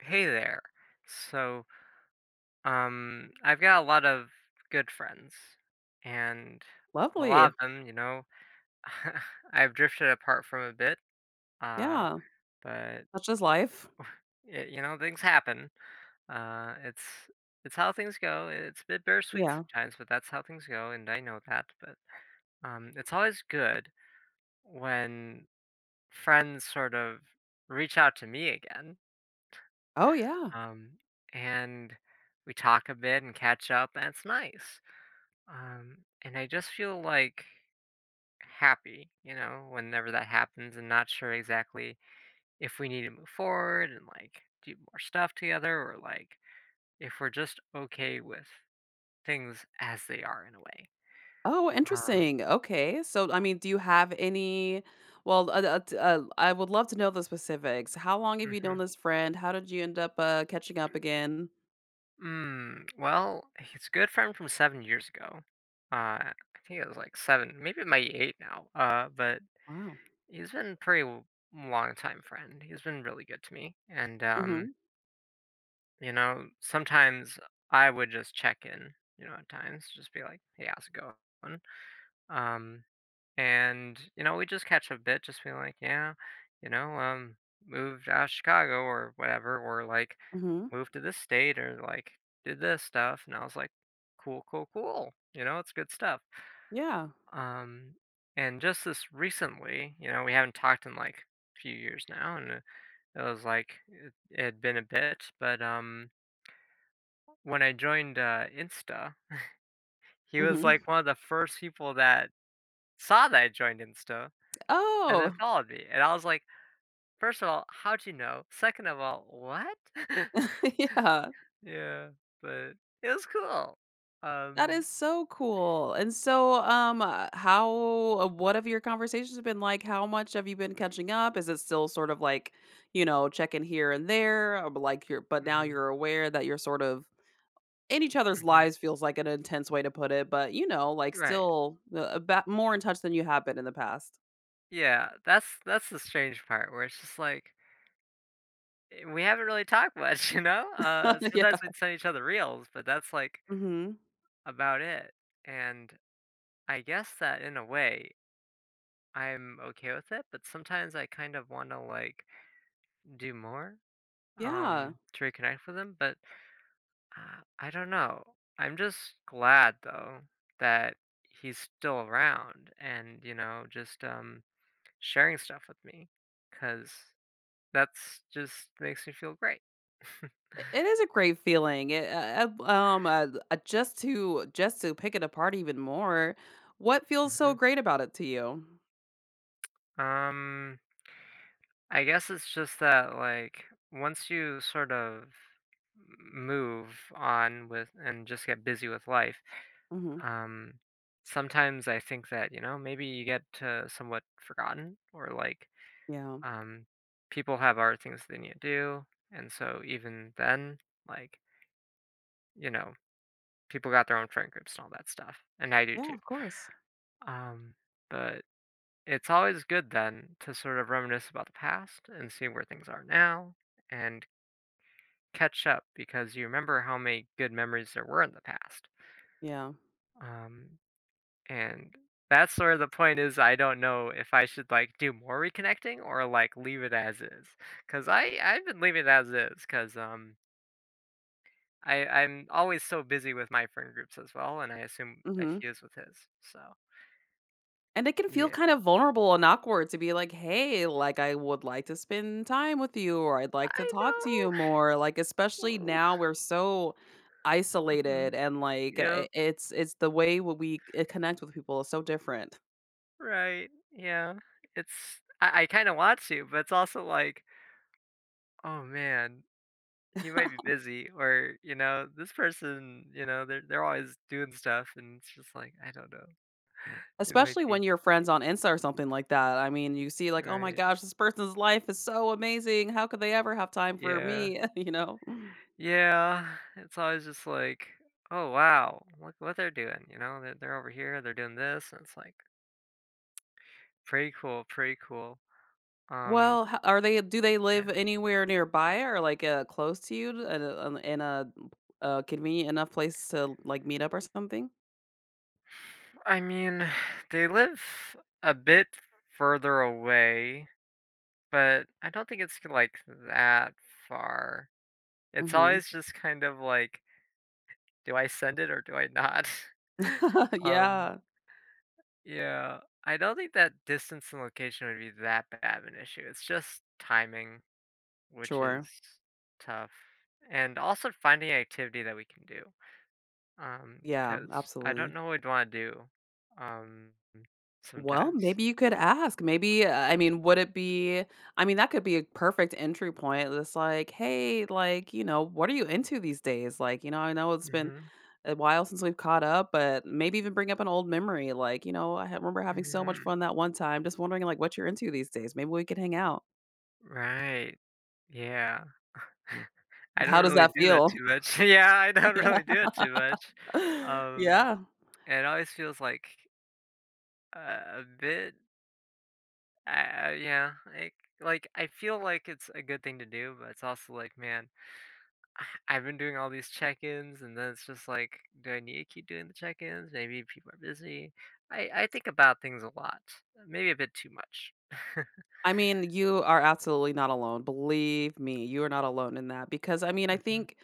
Hey there. So, I've got a lot of good friends, and a Lovely. lot of them, you know, I've drifted apart from a bit. Uh, Yeah. but That's just life. Things happen. Uh, it's it's how things go. It's a bit bittersweet Yeah. sometimes, but that's how things go, and I know that. But it's always good when friends sort of reach out to me again. Oh, yeah. Um, and we talk a bit and catch up, and it's nice. And I just feel like happy, whenever that happens, and not sure exactly if we need to move forward and like do more stuff together, or like if we're just okay with things as they are in a way. Oh, Um, interesting. Okay. So, I mean, do you have any I would love to know the specifics. How long have you known mhm. this friend? How did you end up catching up again? Mm, well, it's a good friend from 7 years ago. I think it was like seven, maybe it might be eight now. But Wow. he's been a long time friend. He's been really good to me, and. Mm-hmm. You know, sometimes I would just check in, you know, at times, just be like, "Hey, how's it going?" Um, and you know, we just catch a bit, just be like, "Yeah, you know, um, moved out of Chicago or whatever, or like Mm-hmm. moved to this state, or like did this stuff." And I was like, "Cool, cool, cool." You know, it's good stuff. Yeah. Um, and just this recently, you know, we haven't talked in like a few years now, and it was like it had been a bit, but. When I joined, Insta, he was, Mm-hmm. like, one of the first people that saw that I joined Insta and then Oh, followed me, and I was like, first of all, how'd you know? Second of all, what?" yeah. Yeah, but it was cool. That Um. is so cool. And so, how what have your conversations been like? How much have you been catching up? Is it still sort of like, you know, checking here and there, or like you're, but now Mhm, you're aware that you're sort of in each other's mhm. lives feels like an intense way to put it, but you know, like Right. still about more in touch than you have been in the past. Yeah, that's the strange part where it's just like, eh, we haven't really talked much, you know? Sometimes Yeah. we'd send each other reels, but that's, like, Hmm. about it, and I guess that in a way I'm okay with it, but sometimes I kind of want to like do more Yeah. To reconnect with him, but I don't know. I'm just glad though that he's still around, and you know, just sharing stuff with me, cuz that's just makes me feel great. It is a great feeling. Just to pick it apart even more. What feels so Mhm. great about it to you? Um, I guess it's just that like once you sort of move on with and just get busy with life. Mhm. Um, Sometimes I think that, you know, maybe you get somewhat forgotten, or like Yeah. um, people have other things they need to do. And so even then, like, you know, people got their own friend groups and all that stuff. And I do Yeah, too. of course. Um, but it's always good then to sort of reminisce about the past and see where things are now, and catch up, because you remember how many good memories there were in the past. Yeah. Um, And that's where the point is, I don't know if I should, like, do more reconnecting, or, like, leave it as is. Cause I've been leaving it as is. Cause I'm always so busy with my friend groups as well, and I assume that Mhm. he is with his, so And it can feel kind yeah. of vulnerable and awkward to be like, "Hey, like, I would like to spend time with you, or I'd like to I talk to know. you more." Like, especially Oh, now we're so mhm. isolated and, like, Yep, I it's the way what we c connect with people is so different. right, yeah. It's I kinda want to, but it's also like, "Oh, man, he might be busy," or, you know, "This person, you know, they're always doing stuff," and it's just like, I don't know. It might Especially be, when you're friends on Insta or something like that. I mean, you see like, "Oh my right. gosh, this person's life is so amazing. How could they ever have time for Yeah. me?" You know? Yeah, it's always just like, "Oh, wow, look what they're doing," you know? They're over here, they're doing this, and it's like, pretty cool, pretty cool. Um, Well, ho are they do they yeah, live anywhere nearby or, like, close to you to in a convenient enough place to, like, meet up or something? I mean, they live a bit further away, but I don't think it's, like, that far. It's Mhm. always just kind of like, "Do I send it or do I not?" Um. Yeah. Yeah, I don't think that distance and location would be that bad of an issue. It's just timing, which is Sure. tough, and also finding an activity that we can do. Yeah, Because I don't absolutely. know what I'd want to do. Um, Well, sometimes. maybe you could ask. Maybe, I mean, would it be I mean, that could be a perfect entry point. It's like, "Hey, like, you know, what are you into these days?" Like, you know, I know it's been Hmm. a while since we've caught up, but maybe even bring up an old memory. Like, you know, I ha remember having so much Hmm. fun that one time. Just wondering, like, what you're into these days. Maybe we could hang out. Right. Yeah. I don't How does really that do that feel? too much. Yeah, I don't Yeah. really do it too much. Um, Yeah. and it always feels like a bit I, yeah, like I feel like it's a good thing to do, but it's also like, man, I- I've been doing all these check-ins, and then it's just like, do I need to keep doing the check-ins? Maybe people are busy. I think about things a lot, maybe a bit too much. I mean, you are absolutely not alone. Believe me, you are not alone in that because I mean, I Hmm. think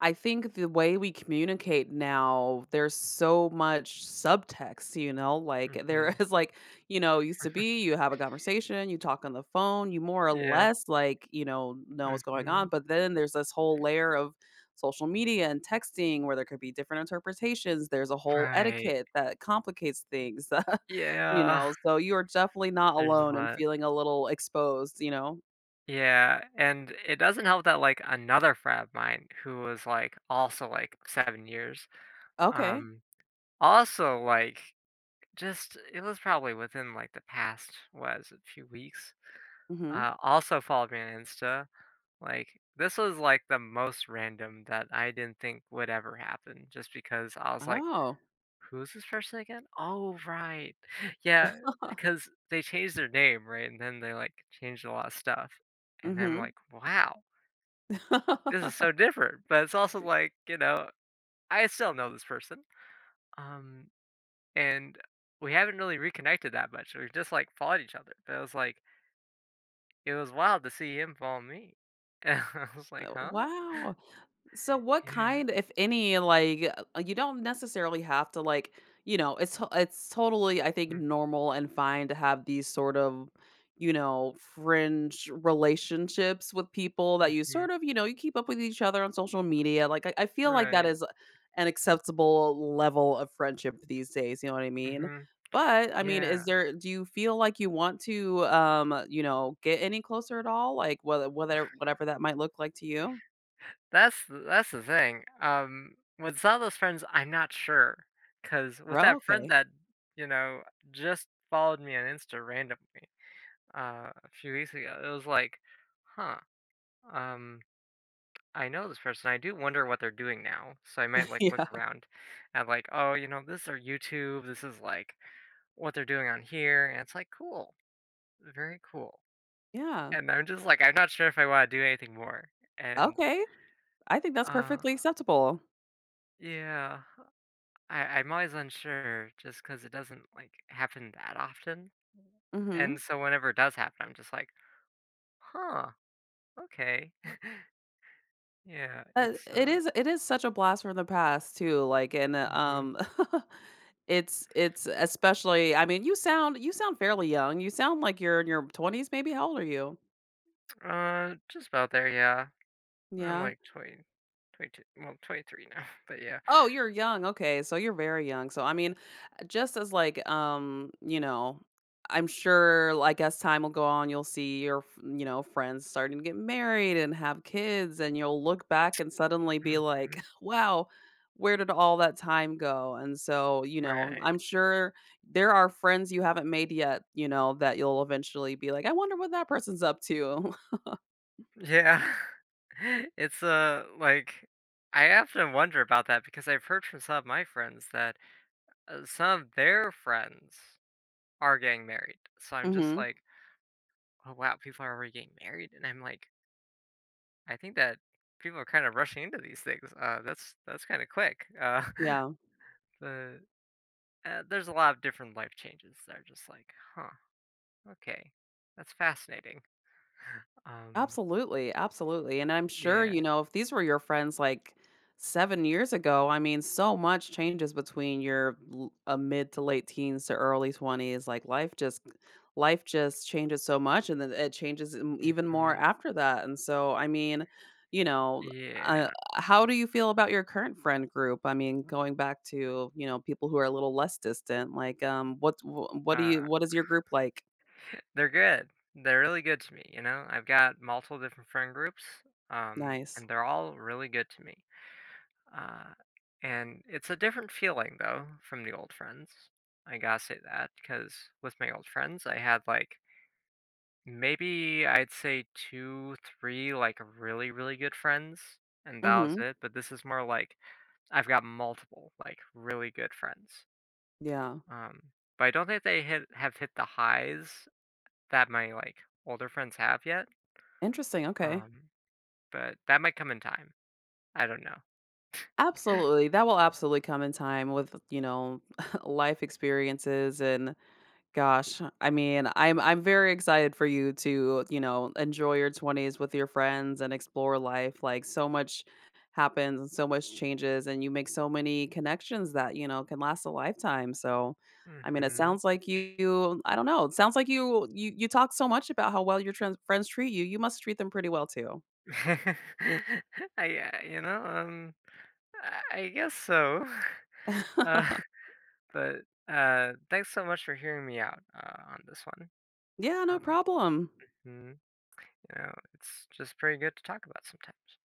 I think the way we communicate now, there's so much subtext, you know, like Hmm. there is like, you know, used to be you have a conversation, you talk on the phone, you more or Yeah. less like, you know what's going on, Hmm. but then there's this whole layer of social media and texting where there could be different interpretations. There's a whole Right. etiquette that complicates things. You Yeah. know, so you are definitely not There's a alone and lot. feeling a little exposed, you know? Yeah, and it doesn't help that like another frat of mine who was like also like 7 years, Okay. um, also like just it was probably within, like, the past, was a few weeks. Mhm. Also followed me on Insta. Like, this was, like, the most random that I didn't think would ever happen, just because I was like, Oh. "Who's this person again? Oh, right." Yeah, because they changed their name, right? And then they, like, changed a lot of stuff, and I'm Mhm. like, "Wow, this is so different," but it's also like, you know, I still know this person. Um and we haven't really reconnected that much. We've just like followed each other, but it was like it was wild to see him follow me. And I was like, "Huh? Wow. So what Yeah. kind, if any, like you don't necessarily have to like, you know, it's totally I think Mm, normal and fine to have these sort of, you know, fringe relationships with people that you mhm. sort of, you know, you keep up with each other on social media. Like I feel like that Right. is an acceptable level of friendship these days, you know what I mean? Mhm. But I mean, Yeah." is there do you feel like you want to you know, get any closer at all? Like whether whatever that might look like to you? That's the thing. With some of those friends, I'm not sure. Cause with Well, that friend okay. that, you know, just followed me on Insta randomly, a few weeks ago, it was like, "Huh, um, I know this person. I do wonder what they're doing now. So I might like look Yeah. around at like, oh, you know, this is our YouTube. This is like what they're doing on here. And it's like, cool. Very cool. Yeah. And I'm just like, I'm not sure if I want to do anything more. And Okay. I think that's uh, perfectly acceptable. yeah, I'm always unsure just because it doesn't like happen that often. And Mhm. so whenever it does happen, I'm just like, huh, okay. Yeah, it's it is it is such a blast from the past too, like, and, mhm. It's especially I mean, you sound fairly young. You sound like you're in your 20s, maybe? How old are you? Uh, just about there. Yeah. I'm Yeah. like 20, 22, well, 23 now, but yeah. Oh, you're young. Okay, so you're very young. So I mean, just as like you know, I'm sure like as time will go on, you'll see your you know friends starting to get married and have kids, and you'll look back and suddenly be like, Mhm. wow. Where did all that time go? And so, you know, Right. I'm sure there are friends you haven't made yet, you know, that you'll eventually be like, I wonder what that person's up to. Yeah. It's like I often wonder about that, because I've heard from some of my friends that some of their friends are getting married. So I'm just Mhm. like, oh wow, people are already getting married, and I'm like, I think that people are kind of rushing into these things. That's that's kind of quick. Yeah. the there's a lot of different life changes that are just like, huh, okay, that's fascinating. Um, Absolutely, absolutely, and I'm sure, yeah, you know, if these were your friends, like, 7 years ago, I mean, so much changes between your l mid to late teens to early 20s, like, life just changes so much, and then it changes m even more mhm, after that, and so, I mean, you know, uh, yeah, how do you feel about your current friend group? I mean, going back to, you know, people who are a little less distant, like, what do uh, you what is your group like? they're good. They're really good to me, you know? I've got multiple different friend groups, Nice. and they're all really good to me. Uh, and it's a different feeling, though, from the old friends. I gotta say that, because with my old friends, I had like maybe I'd say two, three, like really, really good friends, and that was Mhm. it. But this is more like I've got multiple, like really good friends. Yeah. Um, but I don't think they hit have hit the highs that my, like, older friends have yet, Interesting, okay. um, but that might come in time. I don't know. Absolutely. That will absolutely come in time with, you know, life experiences and gosh, I mean, I'm very excited for you to, you know, enjoy your 20s with your friends and explore life. Like so much happens and so much changes and you make so many connections that, you know, can last a lifetime. So, I mean, it Mhm. sounds like you I don't know, it sounds like you talk so much about how well your friends treat you. You must treat them pretty well too. I Yeah, you know, I guess so. Uh, but, thanks so much for hearing me out, on this one. Yeah, no Um, problem. mhm, you know, it's just pretty good to talk about sometimes.